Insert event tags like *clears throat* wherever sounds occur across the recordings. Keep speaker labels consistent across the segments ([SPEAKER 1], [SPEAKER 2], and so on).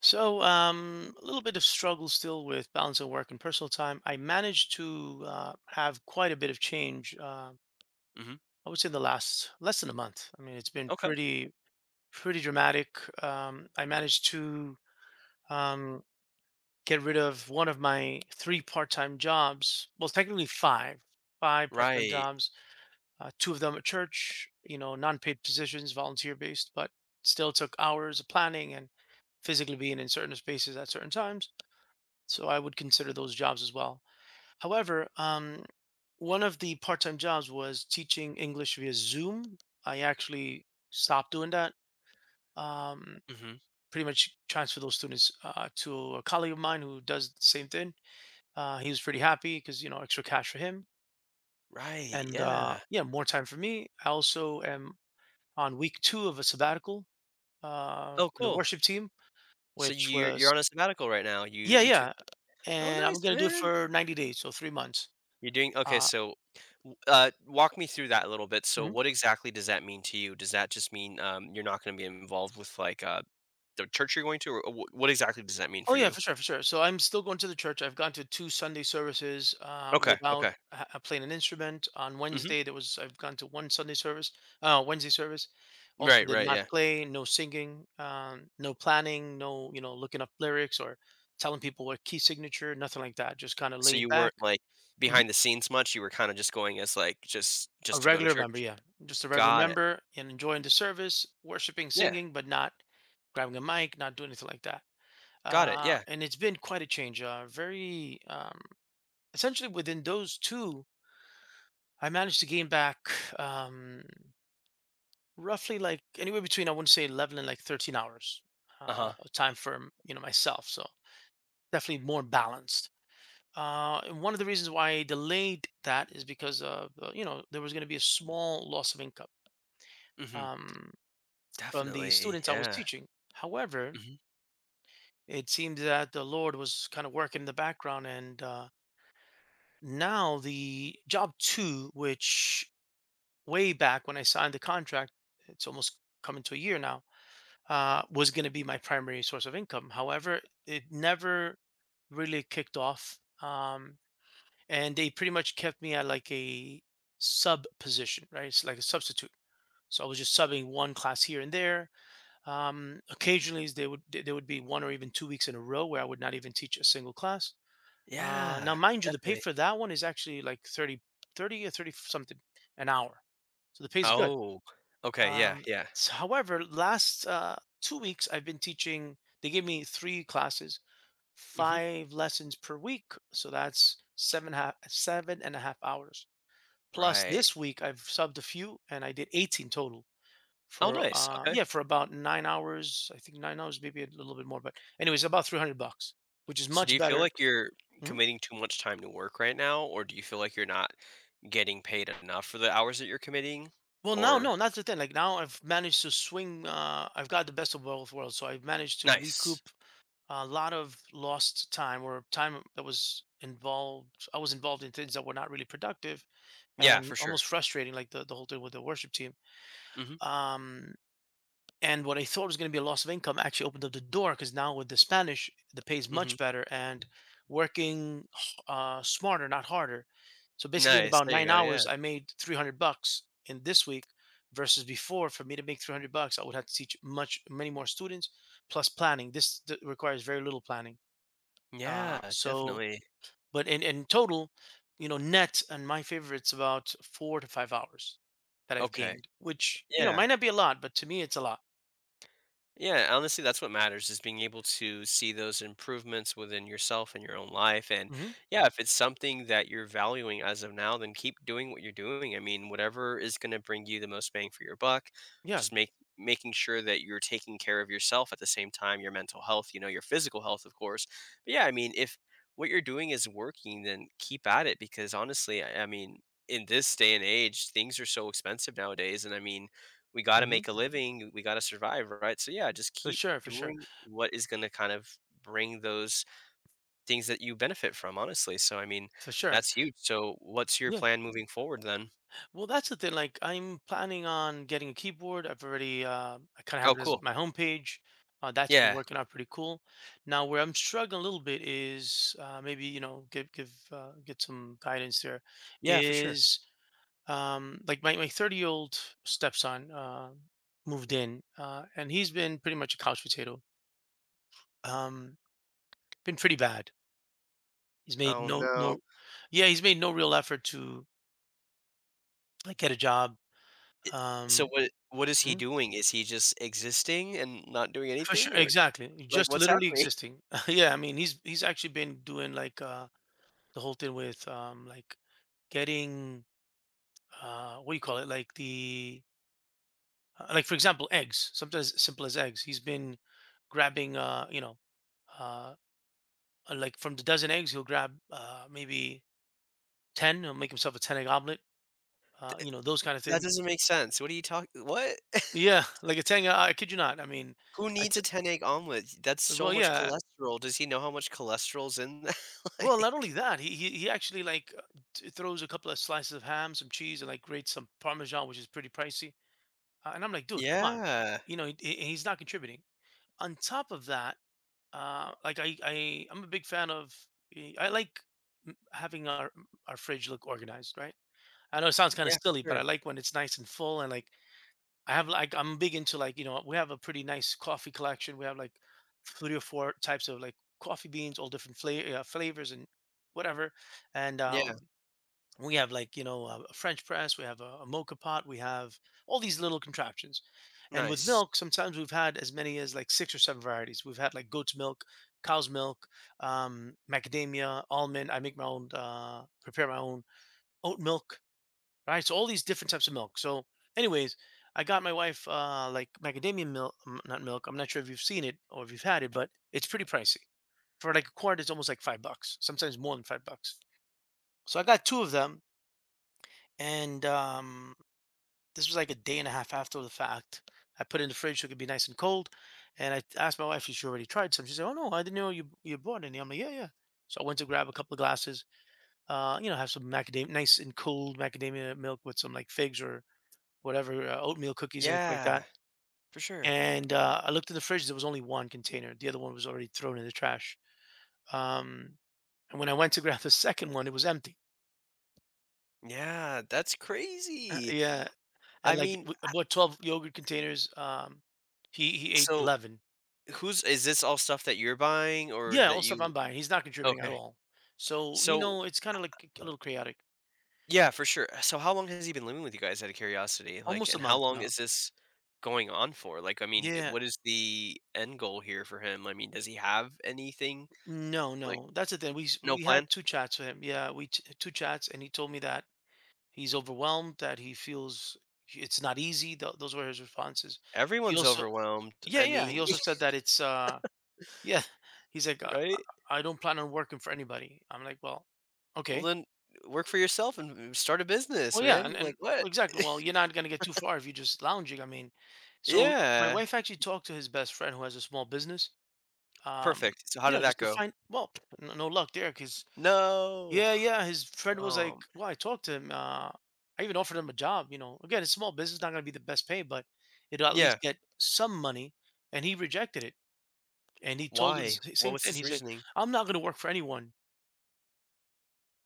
[SPEAKER 1] So, a little bit of struggle still with balancing work and personal time. I managed to have quite a bit of change.
[SPEAKER 2] Mhm.
[SPEAKER 1] I would say in the last less than a month. I mean, it's been
[SPEAKER 2] Okay.
[SPEAKER 1] pretty dramatic. I managed to um, get rid of one of my three part-time jobs. Well, technically five part-time
[SPEAKER 2] Right.
[SPEAKER 1] jobs. Two of them at church. Non-paid positions, volunteer-based, but still took hours of planning and physically being in certain spaces at certain times, so I would consider those jobs as well. However, one of the part-time jobs was teaching English via Zoom. I actually stopped doing that. Um,
[SPEAKER 2] Mhm.
[SPEAKER 1] Pretty much transferred those students to a colleague of mine who does the same thing. He was pretty happy because extra cash for him,
[SPEAKER 2] Right,
[SPEAKER 1] and
[SPEAKER 2] yeah.
[SPEAKER 1] yeah, more time for me. I also am on week 2 of a sabbatical
[SPEAKER 2] Oh,
[SPEAKER 1] from the
[SPEAKER 2] cool.
[SPEAKER 1] worship team,
[SPEAKER 2] So
[SPEAKER 1] which
[SPEAKER 2] you're
[SPEAKER 1] was,
[SPEAKER 2] on a sabbatical right now. You
[SPEAKER 1] yeah,
[SPEAKER 2] you took.
[SPEAKER 1] yeah,
[SPEAKER 2] Oh,
[SPEAKER 1] and I'm
[SPEAKER 2] nice,
[SPEAKER 1] gonna do it
[SPEAKER 2] man.
[SPEAKER 1] for 90 days, so 3 months.
[SPEAKER 2] You're doing okay,
[SPEAKER 1] Uh,
[SPEAKER 2] so, w walk me through that a little bit. So
[SPEAKER 1] mhm.
[SPEAKER 2] what exactly does that mean to you? Does that just mean, you're not gonna be involved with, like, the church you're going to, or wh what exactly does that mean
[SPEAKER 1] Oh
[SPEAKER 2] for
[SPEAKER 1] yeah,
[SPEAKER 2] you?
[SPEAKER 1] for sure, for sure. So I'm still going to the church. I've gone to two Sunday services
[SPEAKER 2] Okay,
[SPEAKER 1] without
[SPEAKER 2] okay.
[SPEAKER 1] playing an instrument. On
[SPEAKER 2] Mhm.
[SPEAKER 1] Wednesday, there was I've gone to one Sunday service, Wednesday service. Also,
[SPEAKER 2] Right,
[SPEAKER 1] did
[SPEAKER 2] right,
[SPEAKER 1] not
[SPEAKER 2] yeah.
[SPEAKER 1] play, no singing, no planning, no looking up lyrics or telling people what key signature, nothing like that. Just kind of
[SPEAKER 2] So
[SPEAKER 1] laid
[SPEAKER 2] you
[SPEAKER 1] back.
[SPEAKER 2] weren't, like,
[SPEAKER 1] Mhm.
[SPEAKER 2] behind the scenes much, you were kinda just going as, like, just
[SPEAKER 1] A
[SPEAKER 2] just to go to
[SPEAKER 1] regular member,
[SPEAKER 2] church?
[SPEAKER 1] yeah, just a regular
[SPEAKER 2] Got it.
[SPEAKER 1] member and enjoying the service, worshiping,
[SPEAKER 2] Yeah.
[SPEAKER 1] singing, but not grabbing a mic, not doing anything like that.
[SPEAKER 2] Got it,
[SPEAKER 1] Uh,
[SPEAKER 2] yeah.
[SPEAKER 1] and it's been quite a change. Very, essentially within those two, I managed to gain back, um, roughly, like, anywhere between, I wouldn't say, 11 and like 13 hours
[SPEAKER 2] Uh-huh.
[SPEAKER 1] of time for, myself. So definitely more balanced. And one of the reasons why I delayed that is because of, you know, there was going to be a small loss of income
[SPEAKER 2] Mhm.
[SPEAKER 1] um, from the
[SPEAKER 2] Definitely,
[SPEAKER 1] students I was
[SPEAKER 2] yeah.
[SPEAKER 1] teaching. However,
[SPEAKER 2] Mhm.
[SPEAKER 1] it seemed that the Lord was kind of working in the background, and, now the job two, which, way back when I signed the contract, it's almost coming to a year now, was going to be my primary source of income. However, it never really kicked off. And they pretty much kept me at, like, a sub position, right? It's like a substitute. So I was just subbing one class here and there. Occasionally, there would be 1 or even 2 weeks in a row where I would not even teach a single class.
[SPEAKER 2] Yeah,
[SPEAKER 1] Now, mind you, the pay
[SPEAKER 2] definitely.
[SPEAKER 1] for that one is actually like thirty or 30 something an hour. So the pay is good.
[SPEAKER 2] Oh, okay, yeah,
[SPEAKER 1] Um,
[SPEAKER 2] yeah.
[SPEAKER 1] However, last 2 weeks I've been teaching. They gave me three classes,
[SPEAKER 2] Mhm.
[SPEAKER 1] five lessons per week, so that's 7.5 hours. Plus,
[SPEAKER 2] Right.
[SPEAKER 1] this week I've subbed a few, and I did 18 total
[SPEAKER 2] Oh,
[SPEAKER 1] for
[SPEAKER 2] nice,
[SPEAKER 1] uh
[SPEAKER 2] okay.
[SPEAKER 1] yeah for about 9 hours. I think 9 hours, maybe a little bit more, but anyways, about 300 bucks, which is
[SPEAKER 2] So do
[SPEAKER 1] much
[SPEAKER 2] you feel
[SPEAKER 1] better.
[SPEAKER 2] like you're
[SPEAKER 1] Mhm.
[SPEAKER 2] committing too much time to work right now, or do you feel like you're not getting paid enough for the hours that you're committing?
[SPEAKER 1] Well, now,
[SPEAKER 2] Or
[SPEAKER 1] no, not the thing. Like, now, I've managed to swing. I've got the best of both worlds, so I've managed to
[SPEAKER 2] nice.
[SPEAKER 1] recoup a lot of lost time, or time that was involved I was involved in things that were not really productive
[SPEAKER 2] Yeah,
[SPEAKER 1] and
[SPEAKER 2] for sure.
[SPEAKER 1] almost frustrating, like the whole thing with the worship team.
[SPEAKER 2] Mhm,
[SPEAKER 1] Um and what I thought was going to be a loss of income actually opened up the door, because now, with the Spanish, the pay is
[SPEAKER 2] mhm.
[SPEAKER 1] much better, and working smarter, not harder. So basically, in
[SPEAKER 2] Nice,
[SPEAKER 1] about
[SPEAKER 2] there you
[SPEAKER 1] nine
[SPEAKER 2] go, yeah.
[SPEAKER 1] hours I made 300 bucks in this week, versus before, for me to make 300 bucks I would have to teach much many more students, plus planning. This requires very little planning.
[SPEAKER 2] Yeah,
[SPEAKER 1] So,
[SPEAKER 2] definitely.
[SPEAKER 1] but in total, you know, net and my favorite, it's about 4 to 5 hours that I've
[SPEAKER 2] Okay.
[SPEAKER 1] gained, which, you know, might
[SPEAKER 2] Yeah.
[SPEAKER 1] not be a lot, but to me, it's a lot.
[SPEAKER 2] Yeah, honestly, that's what matters is being able to see those improvements within yourself and your own life. And
[SPEAKER 1] Hmm.
[SPEAKER 2] yeah, if it's something that you're valuing as of now, then keep doing what you're doing. I mean, whatever is going to bring you the most bang for your buck,
[SPEAKER 1] Yeah.
[SPEAKER 2] just make making sure that you're taking care of yourself at the same time, your mental health, you know, your physical health, of course. But yeah, I mean, if what you're doing is working, then keep at it because honestly, I mean, in this day and age, things are so expensive nowadays. And I mean, we gotta
[SPEAKER 1] Hmm.
[SPEAKER 2] make a living, we gotta survive, right? So yeah, just
[SPEAKER 1] For
[SPEAKER 2] keep
[SPEAKER 1] sure. For sure.
[SPEAKER 2] doing what is gonna kind of bring those things that you benefit from, honestly. So I mean,
[SPEAKER 1] For sure.
[SPEAKER 2] that's huge. So what's your
[SPEAKER 1] Yeah.
[SPEAKER 2] plan moving forward then?
[SPEAKER 1] Well, that's the thing. Like, I'm planning on getting a keyboard. I kind of
[SPEAKER 2] Oh,
[SPEAKER 1] have it as
[SPEAKER 2] cool.
[SPEAKER 1] my homepage. That's been
[SPEAKER 2] Yeah.
[SPEAKER 1] working out pretty cool. Now, where I'm struggling a little bit is, maybe, you know, give give get some guidance there.
[SPEAKER 2] Yeah, for sure.
[SPEAKER 1] Is, like, my 30-year-old stepson moved in, and he's been pretty much a couch potato. um been pretty bad. He's made
[SPEAKER 2] Oh
[SPEAKER 1] no
[SPEAKER 2] no.
[SPEAKER 1] no Yeah, he's made no real effort to, like, get a job.
[SPEAKER 2] So
[SPEAKER 1] um
[SPEAKER 2] what is he
[SPEAKER 1] Mhm.
[SPEAKER 2] doing? Is he just existing and not doing
[SPEAKER 1] For sure,
[SPEAKER 2] anything? Or
[SPEAKER 1] exactly,
[SPEAKER 2] like
[SPEAKER 1] just
[SPEAKER 2] what's
[SPEAKER 1] literally
[SPEAKER 2] happening?
[SPEAKER 1] existing. *laughs* Yeah, I mean, he's actually been doing, like, the whole thing with, like, getting, what do you call it, like the, like, for example, eggs, sometimes simple as eggs. He's been grabbing, you know, uh, like, from the dozen eggs, he'll grab, maybe 10. He'll make himself a 10 egg omelet, you know,
[SPEAKER 2] *laughs*
[SPEAKER 1] those kind of
[SPEAKER 2] That
[SPEAKER 1] things.
[SPEAKER 2] doesn't make sense. What are you talking what? *laughs*
[SPEAKER 1] Yeah, *laughs* like a 10, I kid you not. I mean,
[SPEAKER 2] Who
[SPEAKER 1] I
[SPEAKER 2] needs a
[SPEAKER 1] t-
[SPEAKER 2] 10 egg omelet? That's so
[SPEAKER 1] well,
[SPEAKER 2] much
[SPEAKER 1] yeah.
[SPEAKER 2] cholesterol. Does he know how much cholesterol's in that? *laughs*
[SPEAKER 1] Well, not only
[SPEAKER 2] Like
[SPEAKER 1] that, he actually, like, throws a couple of slices of ham, some cheese, and like grates some Parmesan, which is pretty pricey. And I'm like, dude, come on.
[SPEAKER 2] yeah.
[SPEAKER 1] You know, he's not contributing. On top of that, like, I'm a big fan of, I like having our fridge look organized, right? I know it sounds kind of
[SPEAKER 2] Yeah, for
[SPEAKER 1] silly, but I
[SPEAKER 2] sure.
[SPEAKER 1] like when it's nice and full, and like, I'm big into, like, you know, we have a pretty nice coffee collection. We have, like, three or four types of, like, coffee beans, all different flavors and whatever. And
[SPEAKER 2] Yeah,
[SPEAKER 1] um we have, like, you know, a French press, we have a mocha pot, we have all these little contraptions. And with
[SPEAKER 2] nice.
[SPEAKER 1] milk, sometimes we've had as many as, like, six or seven varieties. We've had, like, goat's milk, cow's milk, macadamia, almond. I prepare my own oat milk, right? So all these different types of milk. So, anyways, I got my wife, like, macadamia milk, not milk. I'm not sure if you've seen it or if you've had it, but it's pretty pricey. For, like, a quart, it's almost like 5 bucks, sometimes more than 5 bucks. So I got two of them, and, this was like a day and a half after the fact. I put it in the fridge so it could be nice and cold. And I asked my wife if she already tried some. She said, "Oh no, I didn't know you bought any." I'm like, "Yeah, yeah." So I went to grab a couple of glasses. You know, have some macadamia, nice and cold macadamia milk with some, like, figs or whatever, oatmeal cookies, anything like
[SPEAKER 2] Yeah,
[SPEAKER 1] that.
[SPEAKER 2] for sure.
[SPEAKER 1] And I looked in the fridge, there was only one container. The other one was already thrown in the trash. Um, and when I went to *laughs* grab the second one, it was empty. *clears throat*
[SPEAKER 2] Yeah, that's crazy.
[SPEAKER 1] Yeah. And
[SPEAKER 2] I
[SPEAKER 1] like,
[SPEAKER 2] mean,
[SPEAKER 1] what, 12 yogurt containers? He ate
[SPEAKER 2] so
[SPEAKER 1] 11.
[SPEAKER 2] who's is this all stuff that you're buying or
[SPEAKER 1] Yeah,
[SPEAKER 2] that
[SPEAKER 1] all stuff I'm
[SPEAKER 2] you.
[SPEAKER 1] buying. He's not contributing at
[SPEAKER 2] Okay.
[SPEAKER 1] all. So, you
[SPEAKER 2] So
[SPEAKER 1] know, it's kind of like a little chaotic.
[SPEAKER 2] yeah, for sure. So how long has he been living with you guys out of curiosity? Like,
[SPEAKER 1] Almost a
[SPEAKER 2] and how
[SPEAKER 1] month
[SPEAKER 2] long
[SPEAKER 1] now.
[SPEAKER 2] is this going on for? Like, I mean,
[SPEAKER 1] Yeah.
[SPEAKER 2] what is the end goal here for him? I mean, does he have anything?
[SPEAKER 1] No,
[SPEAKER 2] Like,
[SPEAKER 1] no. That's the thing.
[SPEAKER 2] no
[SPEAKER 1] We
[SPEAKER 2] plan?
[SPEAKER 1] had two chats with him. Yeah, two chats, and he told me that he's overwhelmed, that he feels it's not easy. Those were his responses. He
[SPEAKER 2] Everyone's
[SPEAKER 1] also
[SPEAKER 2] overwhelmed.
[SPEAKER 1] Yeah,
[SPEAKER 2] I
[SPEAKER 1] yeah, he
[SPEAKER 2] mean,
[SPEAKER 1] also
[SPEAKER 2] *laughs*
[SPEAKER 1] said that yeah, *laughs* he's like,
[SPEAKER 2] right?
[SPEAKER 1] I don't plan on working for anybody." I'm like, "Well,
[SPEAKER 2] Well,
[SPEAKER 1] okay."
[SPEAKER 2] then work for yourself and start a business,
[SPEAKER 1] Well, yeah, and
[SPEAKER 2] man. Like,
[SPEAKER 1] and
[SPEAKER 2] what?
[SPEAKER 1] well, exactly. Well, you're not gonna get too far if you're just lounging, I mean, so my
[SPEAKER 2] Yeah.
[SPEAKER 1] wife actually talked to his best friend who has a small business, um,
[SPEAKER 2] Perfect. So how
[SPEAKER 1] you know,
[SPEAKER 2] did that
[SPEAKER 1] just to
[SPEAKER 2] go?
[SPEAKER 1] find, well, no luck there, because.
[SPEAKER 2] No.
[SPEAKER 1] Yeah, yeah. His friend was like,
[SPEAKER 2] Um,
[SPEAKER 1] "Well, I talked to him. I even offered him a job. You know, again, it's small business, not going to be the best pay, but it'll at
[SPEAKER 2] yeah.
[SPEAKER 1] least get some money." And he rejected it. And he told us
[SPEAKER 2] Why?
[SPEAKER 1] the
[SPEAKER 2] What
[SPEAKER 1] same
[SPEAKER 2] was
[SPEAKER 1] thing.
[SPEAKER 2] his
[SPEAKER 1] He's like,
[SPEAKER 2] reasoning?
[SPEAKER 1] "I'm not going to work for anyone."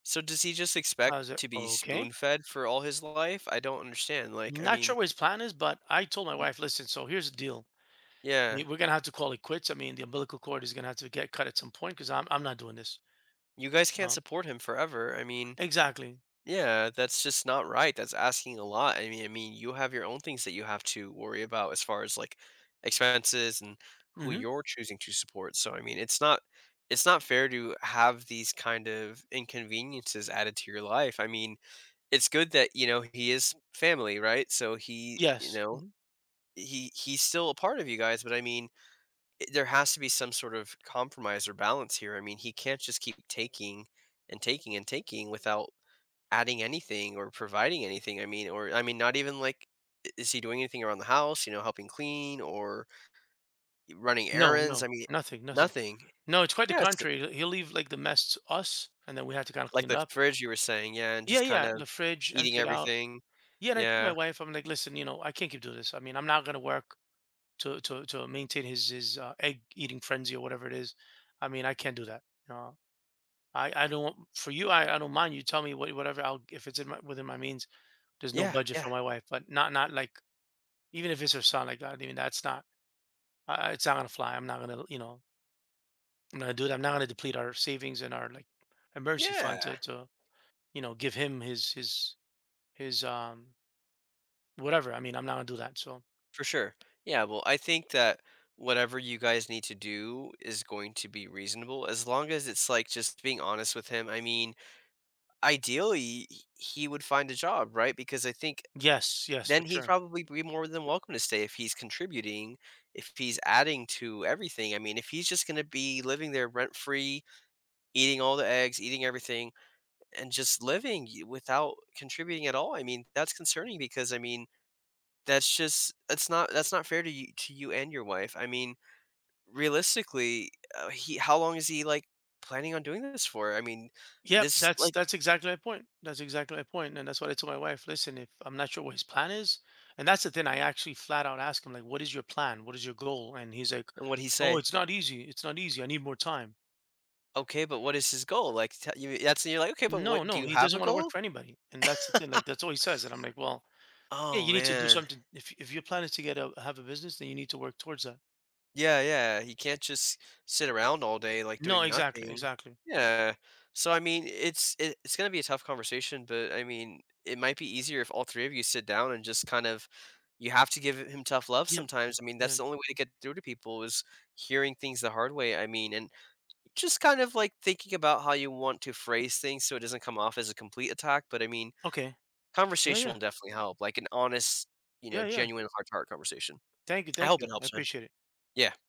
[SPEAKER 2] So does he just
[SPEAKER 1] I was
[SPEAKER 2] expect
[SPEAKER 1] like,
[SPEAKER 2] to be
[SPEAKER 1] "Okay."
[SPEAKER 2] spoon-fed for all his life? I don't understand. Like, I
[SPEAKER 1] Not
[SPEAKER 2] mean,
[SPEAKER 1] sure what his plan is, but I told my wife, "Listen, so here's the deal. I
[SPEAKER 2] yeah,
[SPEAKER 1] mean, we're going to have to call it quits. I mean, the umbilical cord is going to have to get cut at some point, because I'm not doing this."
[SPEAKER 2] you guys can't
[SPEAKER 1] Um,
[SPEAKER 2] support him forever. I mean.
[SPEAKER 1] exactly.
[SPEAKER 2] Yeah, that's just not right. That's asking a lot. I mean, you have your own things that you have to worry about as far as like expenses and who
[SPEAKER 1] Hmm.
[SPEAKER 2] you're choosing to support. So, I mean, it's not fair to have these kind of inconveniences added to your life. I mean, it's good that, you know, he is family, right? So he, you
[SPEAKER 1] Yes.
[SPEAKER 2] know,
[SPEAKER 1] Hmm.
[SPEAKER 2] he he's still a part of you guys, but I mean, there has to be some sort of compromise or balance here. I mean, he can't just keep taking without adding anything or providing anything. I mean, or I mean, not even like, is he doing anything around the house? You know, helping clean or running
[SPEAKER 1] No,
[SPEAKER 2] errands?
[SPEAKER 1] no,
[SPEAKER 2] I mean,
[SPEAKER 1] nothing, nothing.
[SPEAKER 2] nothing.
[SPEAKER 1] No, it's quite the
[SPEAKER 2] Yes,
[SPEAKER 1] contrary. He'll leave, like, the mess to us, and then we have to kind of
[SPEAKER 2] like
[SPEAKER 1] clean it
[SPEAKER 2] the
[SPEAKER 1] up.
[SPEAKER 2] fridge you were saying, yeah, and
[SPEAKER 1] Yeah,
[SPEAKER 2] just kind
[SPEAKER 1] yeah,
[SPEAKER 2] of
[SPEAKER 1] the fridge,
[SPEAKER 2] eating
[SPEAKER 1] empty it out.
[SPEAKER 2] everything.
[SPEAKER 1] Yeah, and I told my
[SPEAKER 2] Yeah,
[SPEAKER 1] wife, I'm like, listen, you know, I can't keep doing this. I mean, I'm not gonna work to maintain his egg eating frenzy or whatever it is. I mean, I can't do that. Uh, I don't want, for you. I don't mind. You tell me whatever. I'll, if it's in my within my means. There's no
[SPEAKER 2] yeah,
[SPEAKER 1] budget
[SPEAKER 2] yeah,
[SPEAKER 1] for my wife, but not like, even if it's her son, like that. I mean, that's not. It's not gonna fly. I'm not gonna. I'm not gonna do that. I'm not gonna deplete our savings and our, like, emergency fund
[SPEAKER 2] yeah,
[SPEAKER 1] to give him his whatever. I mean, I'm not gonna do that, so.
[SPEAKER 2] for sure. Yeah, well, I think that whatever you guys need to do is going to be reasonable as long as it's like just being honest with him. I mean, ideally, he would find a job, right? Because I think
[SPEAKER 1] Yes, yes, for
[SPEAKER 2] then he'd
[SPEAKER 1] sure.
[SPEAKER 2] probably be more than welcome to stay if he's contributing, if he's adding to everything. I mean, if he's just gonna be living there rent free, eating all the eggs, eating everything, and just without contributing at all, I mean, that's concerning because I mean, that's not fair to you and your wife. I mean, realistically, he how long is he like planning on doing this for? I mean,
[SPEAKER 1] Yep,
[SPEAKER 2] this
[SPEAKER 1] that's
[SPEAKER 2] like.
[SPEAKER 1] that's exactly my point, that's exactly my point, and that's what I told my wife, listen, if I'm not sure what his plan is. And that's the thing, I actually flat out asked him, like, what is your plan, what is your goal, and he's like,
[SPEAKER 2] And what he
[SPEAKER 1] "Oh,
[SPEAKER 2] say?
[SPEAKER 1] it's not easy, it's not easy, I need more time."
[SPEAKER 2] Okay, but what is his goal? Like, t- you, that's and you're like, okay, but
[SPEAKER 1] No,
[SPEAKER 2] what do
[SPEAKER 1] no,
[SPEAKER 2] you
[SPEAKER 1] he
[SPEAKER 2] have a
[SPEAKER 1] doesn't want to work
[SPEAKER 2] goal?
[SPEAKER 1] for anybody. And that's the thing,
[SPEAKER 2] *laughs*
[SPEAKER 1] like, that's all he says. And I'm like, well, yeah,
[SPEAKER 2] Oh,
[SPEAKER 1] you need to do
[SPEAKER 2] man.
[SPEAKER 1] something. If your plan is to get a have a business, then you need to work towards that.
[SPEAKER 2] Yeah, yeah, he can't just sit around all day, like,
[SPEAKER 1] No,
[SPEAKER 2] doing
[SPEAKER 1] exactly,
[SPEAKER 2] nothing.
[SPEAKER 1] exactly.
[SPEAKER 2] Yeah. So, I mean, it's gonna be a tough conversation, but, I mean, it might be easier if all 3 of you sit down and just kind of you have to give him tough love
[SPEAKER 1] Yep.
[SPEAKER 2] sometimes, I mean,
[SPEAKER 1] Yeah.
[SPEAKER 2] that's the only way to get through to people is hearing things the hard way, I mean, and just kind of, like, thinking about how you want to phrase things so it doesn't come off as a complete attack, but, I mean,
[SPEAKER 1] Okay. Yeah,
[SPEAKER 2] conversation
[SPEAKER 1] yeah.
[SPEAKER 2] will definitely help, like, an honest, you know,
[SPEAKER 1] Yeah, yeah.
[SPEAKER 2] genuine heart-to-heart conversation.
[SPEAKER 1] Thank you,
[SPEAKER 2] I
[SPEAKER 1] thank
[SPEAKER 2] hope it
[SPEAKER 1] you. I
[SPEAKER 2] helps, man.
[SPEAKER 1] appreciate it.
[SPEAKER 2] Yeah.